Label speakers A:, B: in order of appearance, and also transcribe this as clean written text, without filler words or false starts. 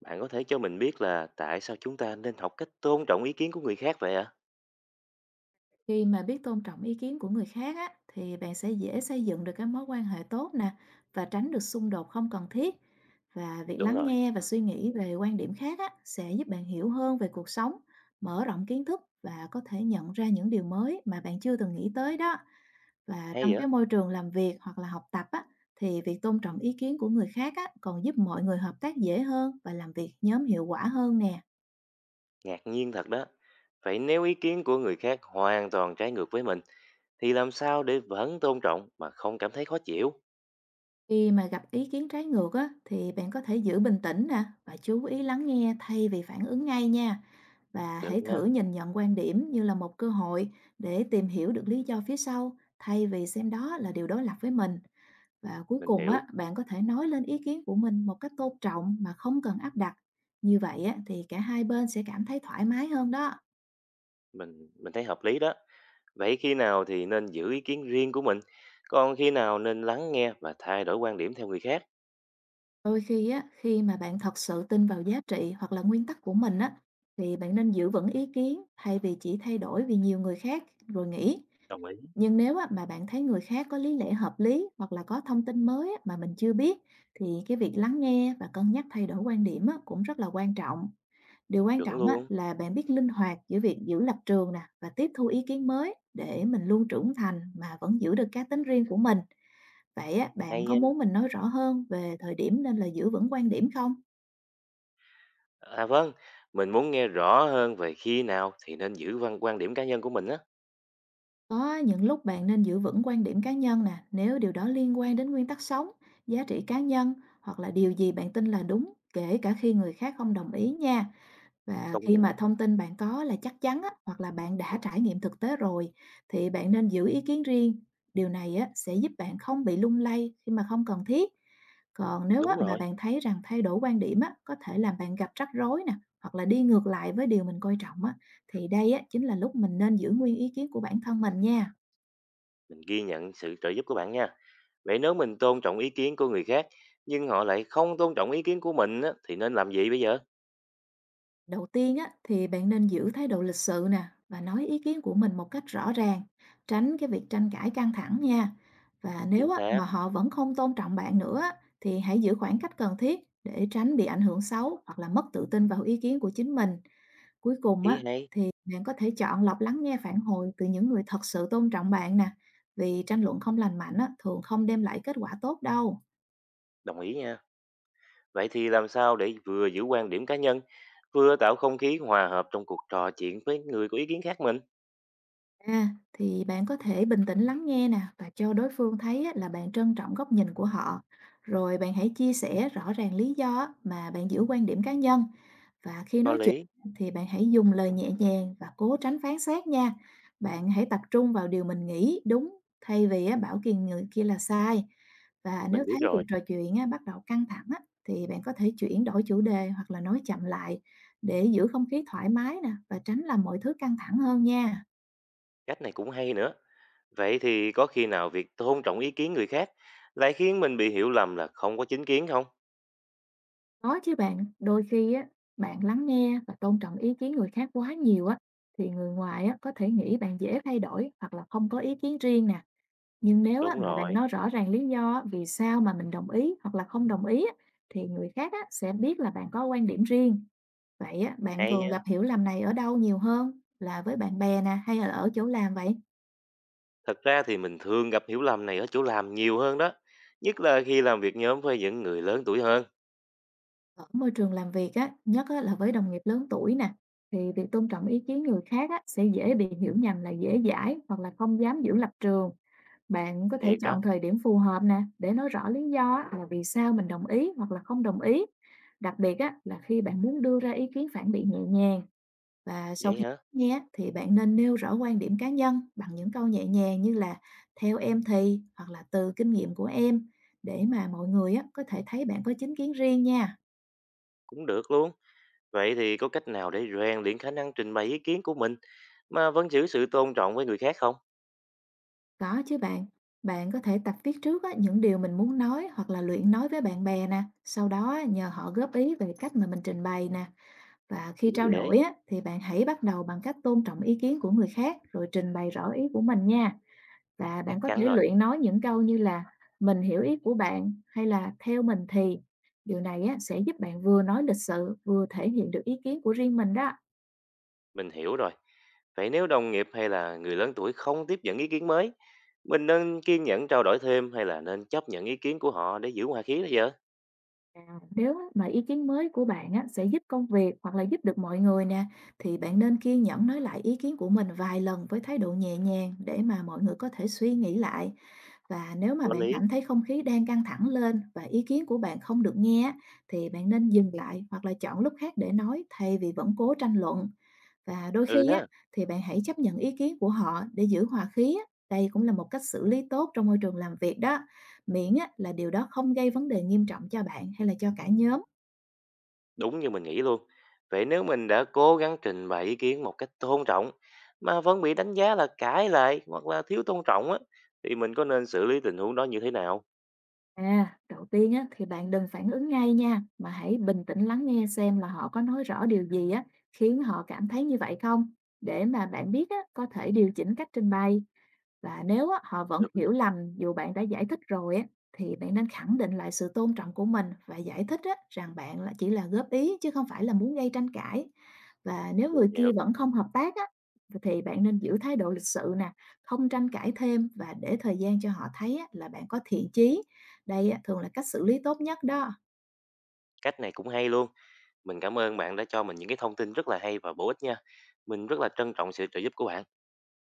A: Bạn có thể cho mình biết là tại sao chúng ta nên học cách tôn trọng ý kiến của người khác vậy ạ?
B: Khi mà biết tôn trọng ý kiến của người khác á, thì bạn sẽ dễ xây dựng được các mối quan hệ tốt nè và tránh được xung đột không cần thiết. Và việc
A: Đúng
B: lắng
A: rồi,
B: nghe và suy nghĩ về quan điểm khác á, sẽ giúp bạn hiểu hơn về cuộc sống, mở rộng kiến thức và có thể nhận ra những điều mới mà bạn chưa từng nghĩ tới đó. Và trong
A: hay vậy?
B: cái môi trường làm việc hoặc là học tập á, thì việc tôn trọng ý kiến của người khác á, còn giúp mọi người hợp tác dễ hơn và làm việc nhóm hiệu quả hơn nè.
A: Ngạc nhiên thật đó. Vậy nếu ý kiến của người khác hoàn toàn trái ngược với mình, thì làm sao để vẫn tôn trọng mà không cảm thấy khó chịu?
B: Khi mà gặp ý kiến trái ngược á, thì bạn có thể giữ bình tĩnh nè và chú ý lắng nghe thay vì phản ứng ngay nha. Và
A: Được
B: hãy thử
A: nha,
B: nhìn nhận quan điểm như là một cơ hội để tìm hiểu được lý do phía sau thay vì xem đó là điều đối lập với mình. Và cuối
A: mình
B: cùng
A: hiểu,
B: á, bạn có thể nói lên ý kiến của mình một cách tôn trọng mà không cần áp đặt. Như vậy á, thì cả hai bên sẽ cảm thấy thoải mái hơn đó.
A: mình thấy hợp lý đó. Vậy khi nào thì nên giữ ý kiến riêng của mình, còn khi nào nên lắng nghe và thay đổi quan điểm theo người khác?
B: Đôi khi á, khi mà bạn thật sự tin vào giá trị hoặc là nguyên tắc của mình á, thì bạn nên giữ vững ý kiến thay vì chỉ thay đổi vì nhiều người khác rồi nghĩ.
A: Đồng ý.
B: Nhưng nếu á, mà bạn thấy người khác có lý lẽ hợp lý hoặc là có thông tin mới á, mà mình chưa biết, thì cái việc lắng nghe và cân nhắc thay đổi quan điểm á, cũng rất là quan trọng. Điều quan
A: Chuẩn
B: trọng á,
A: luôn,
B: là bạn biết linh hoạt giữa việc giữ lập trường nè và tiếp thu ý kiến mới để mình luôn trưởng thành mà vẫn giữ được cá tính riêng của mình. Vậy á, bạn
A: hay
B: có
A: nha.
B: muốn mình nói rõ hơn về thời điểm nên là giữ vững quan điểm không?
A: À vâng, mình muốn nghe rõ hơn về khi nào thì nên giữ văn quan điểm cá nhân của mình á.
B: Có những lúc bạn nên giữ vững quan điểm cá nhân nè, nếu điều đó liên quan đến nguyên tắc sống, giá trị cá nhân hoặc là điều gì bạn tin là đúng, kể cả khi người khác không đồng ý nha. Và
A: Công
B: khi
A: nhận.
B: mà thông tin bạn có là chắc chắn á, hoặc là bạn đã trải nghiệm thực tế rồi, thì bạn nên giữ ý kiến riêng. Điều này á, sẽ giúp bạn không bị lung lay khi mà không cần thiết. Còn nếu á,
A: Đúng
B: mà
A: rồi,
B: bạn thấy rằng thay đổi quan điểm á, có thể làm bạn gặp rắc rối nè, hoặc là đi ngược lại với điều mình coi trọng á, thì đây á, chính là lúc mình nên giữ nguyên ý kiến của bản thân mình nha.
A: mình ghi nhận sự trợ giúp của bạn nha. Vậy nếu mình tôn trọng ý kiến của người khác, nhưng họ lại không tôn trọng ý kiến của mình á, thì nên làm gì bây giờ?
B: Đầu tiên á, thì bạn nên giữ thái độ lịch sự nè và nói ý kiến của mình một cách rõ ràng, tránh cái việc tranh cãi căng thẳng nha. Và nếu
A: Chính
B: á,
A: xác,
B: mà họ vẫn không tôn trọng bạn nữa á, thì hãy giữ khoảng cách cần thiết để tránh bị ảnh hưởng xấu hoặc là mất tự tin vào ý kiến của chính mình. Cuối cùng
A: ý
B: á,
A: hay,
B: thì bạn có thể chọn lọc lắng nghe phản hồi từ những người thật sự tôn trọng bạn nè, vì tranh luận không lành mạnh á, thường không đem lại kết quả tốt đâu.
A: đồng ý nha. Vậy thì làm sao để vừa giữ quan điểm cá nhân, vừa tạo không khí hòa hợp trong cuộc trò chuyện với người có ý kiến khác mình?
B: À, thì bạn có thể bình tĩnh lắng nghe nè và cho đối phương thấy á, là bạn trân trọng góc nhìn của họ. Rồi bạn hãy chia sẻ rõ ràng lý do á, mà bạn giữ quan điểm cá nhân. Và khi
A: Có
B: nói chuyện,
A: lý,
B: thì bạn hãy dùng lời nhẹ nhàng và cố tránh phán xét nha. Bạn hãy tập trung vào điều mình nghĩ đúng thay vì á, bảo kiêng người kia là sai. Và
A: mình
B: nếu
A: biết
B: thấy cuộc
A: rồi,
B: trò chuyện á, bắt đầu căng thẳng á, thì bạn có thể chuyển đổi chủ đề hoặc là nói chậm lại để giữ không khí thoải mái nè và tránh làm mọi thứ căng thẳng hơn nha.
A: cách này cũng hay nữa. Vậy thì có khi nào việc tôn trọng ý kiến người khác lại khiến mình bị hiểu lầm là không có chính kiến không?
B: Có chứ bạn, đôi khi á, bạn lắng nghe và tôn trọng ý kiến người khác quá nhiều á, thì người ngoài á, có thể nghĩ bạn dễ thay đổi hoặc là không có ý kiến riêng nè. Nhưng nếu á,
A: Đúng
B: mà bạn
A: rồi,
B: nói rõ ràng lý do á, vì sao mà mình đồng ý hoặc là không đồng ý á, thì người khác á, sẽ biết là bạn có quan điểm riêng. Vậy á, bạn
A: hay.
B: thường gặp hiểu lầm này ở đâu nhiều hơn? Là với bạn bè nè hay là ở chỗ làm vậy?
A: Thật ra thì mình thường gặp hiểu lầm này ở chỗ làm nhiều hơn đó. Nhất là khi làm việc nhóm với những người lớn tuổi hơn.
B: Ở môi trường làm việc á, nhất á, là với đồng nghiệp lớn tuổi nè, thì việc tôn trọng ý kiến người khác á, sẽ dễ bị hiểu nhầm là dễ dãi hoặc là không dám giữ lập trường. Bạn có thể
A: Thiệt đó.
B: chọn thời điểm phù hợp nè để nói rõ lý do á, là vì sao mình đồng ý hoặc là không đồng ý. Đặc biệt á, là khi bạn muốn đưa ra ý kiến phản biện nhẹ nhàng và sau
A: Vậy
B: khi
A: hả?
B: nghe á, thì bạn nên nêu rõ quan điểm cá nhân bằng những câu nhẹ nhàng như là theo em thì hoặc là từ kinh nghiệm của em để mà mọi người á, có thể thấy bạn có chính kiến riêng nha.
A: Cũng được luôn. Vậy thì có cách nào để rèn luyện khả năng trình bày ý kiến của mình mà vẫn giữ sự tôn trọng với người khác không?
B: Có chứ bạn, bạn có thể tập viết trước á, những điều mình muốn nói hoặc là luyện nói với bạn bè nè, sau đó á, nhờ họ góp ý về cách mà mình trình bày nè. Và khi
A: Cũng
B: trao
A: dễ.
B: đổi á, thì bạn hãy bắt đầu bằng cách tôn trọng ý kiến của người khác rồi trình bày rõ ý của mình nha. Và
A: Chắc
B: bạn có
A: chắn
B: thể
A: rồi.
B: luyện nói những câu như là mình hiểu ý của bạn hay là theo mình thì. Điều này á, sẽ giúp bạn vừa nói lịch sự vừa thể hiện được ý kiến của riêng mình đó.
A: Mình hiểu rồi. Vậy nếu đồng nghiệp hay là người lớn tuổi không tiếp nhận ý kiến mới, mình nên kiên nhẫn trao đổi thêm hay là nên chấp nhận ý kiến của họ để giữ hòa khí đó giờ?
B: À, nếu á mà ý kiến mới của bạn á sẽ giúp công việc hoặc là giúp được mọi người nè, thì bạn nên kiên nhẫn nói lại ý kiến của mình vài lần với thái độ nhẹ nhàng để mà mọi người có thể suy nghĩ lại. Và nếu mà
A: Có
B: bạn
A: lý.
B: cảm thấy không khí đang căng thẳng lên và ý kiến của bạn không được nghe á, thì bạn nên dừng lại hoặc là chọn lúc khác để nói thay vì vẫn cố tranh luận. Và đôi
A: Ừ
B: khi á,
A: ha.
B: thì bạn hãy chấp nhận ý kiến của họ để giữ hòa khí á. Đây cũng là một cách xử lý tốt trong môi trường làm việc đó. Miễn á, là điều đó không gây vấn đề nghiêm trọng cho bạn hay là cho cả nhóm.
A: Đúng như mình nghĩ luôn. Vậy nếu mình đã cố gắng trình bày ý kiến một cách tôn trọng mà vẫn bị đánh giá là cãi lại hoặc là thiếu tôn trọng á thì mình có nên xử lý tình huống đó như thế nào?
B: À, đầu tiên á, thì bạn đừng phản ứng ngay nha, mà hãy bình tĩnh lắng nghe xem là họ có nói rõ điều gì á, khiến họ cảm thấy như vậy không, để mà bạn biết á, có thể điều chỉnh cách trình bày. Và nếu á, họ vẫn
A: Được,
B: hiểu lầm dù bạn đã giải thích rồi á, thì bạn nên khẳng định lại sự tôn trọng của mình và giải thích á, rằng bạn là chỉ là góp ý chứ không phải là muốn gây tranh cãi. Và nếu
A: mình
B: người kia
A: hiểu.
B: vẫn không hợp tác á, thì bạn nên giữ thái độ lịch sự nè, không tranh cãi thêm và để thời gian cho họ thấy á, là bạn có thiện chí. Đây á, thường là cách xử lý tốt nhất đó.
A: Cách này cũng hay luôn. Mình cảm ơn bạn đã cho mình những cái thông tin rất là hay và bổ ích nha. Mình rất là trân trọng sự trợ giúp của bạn.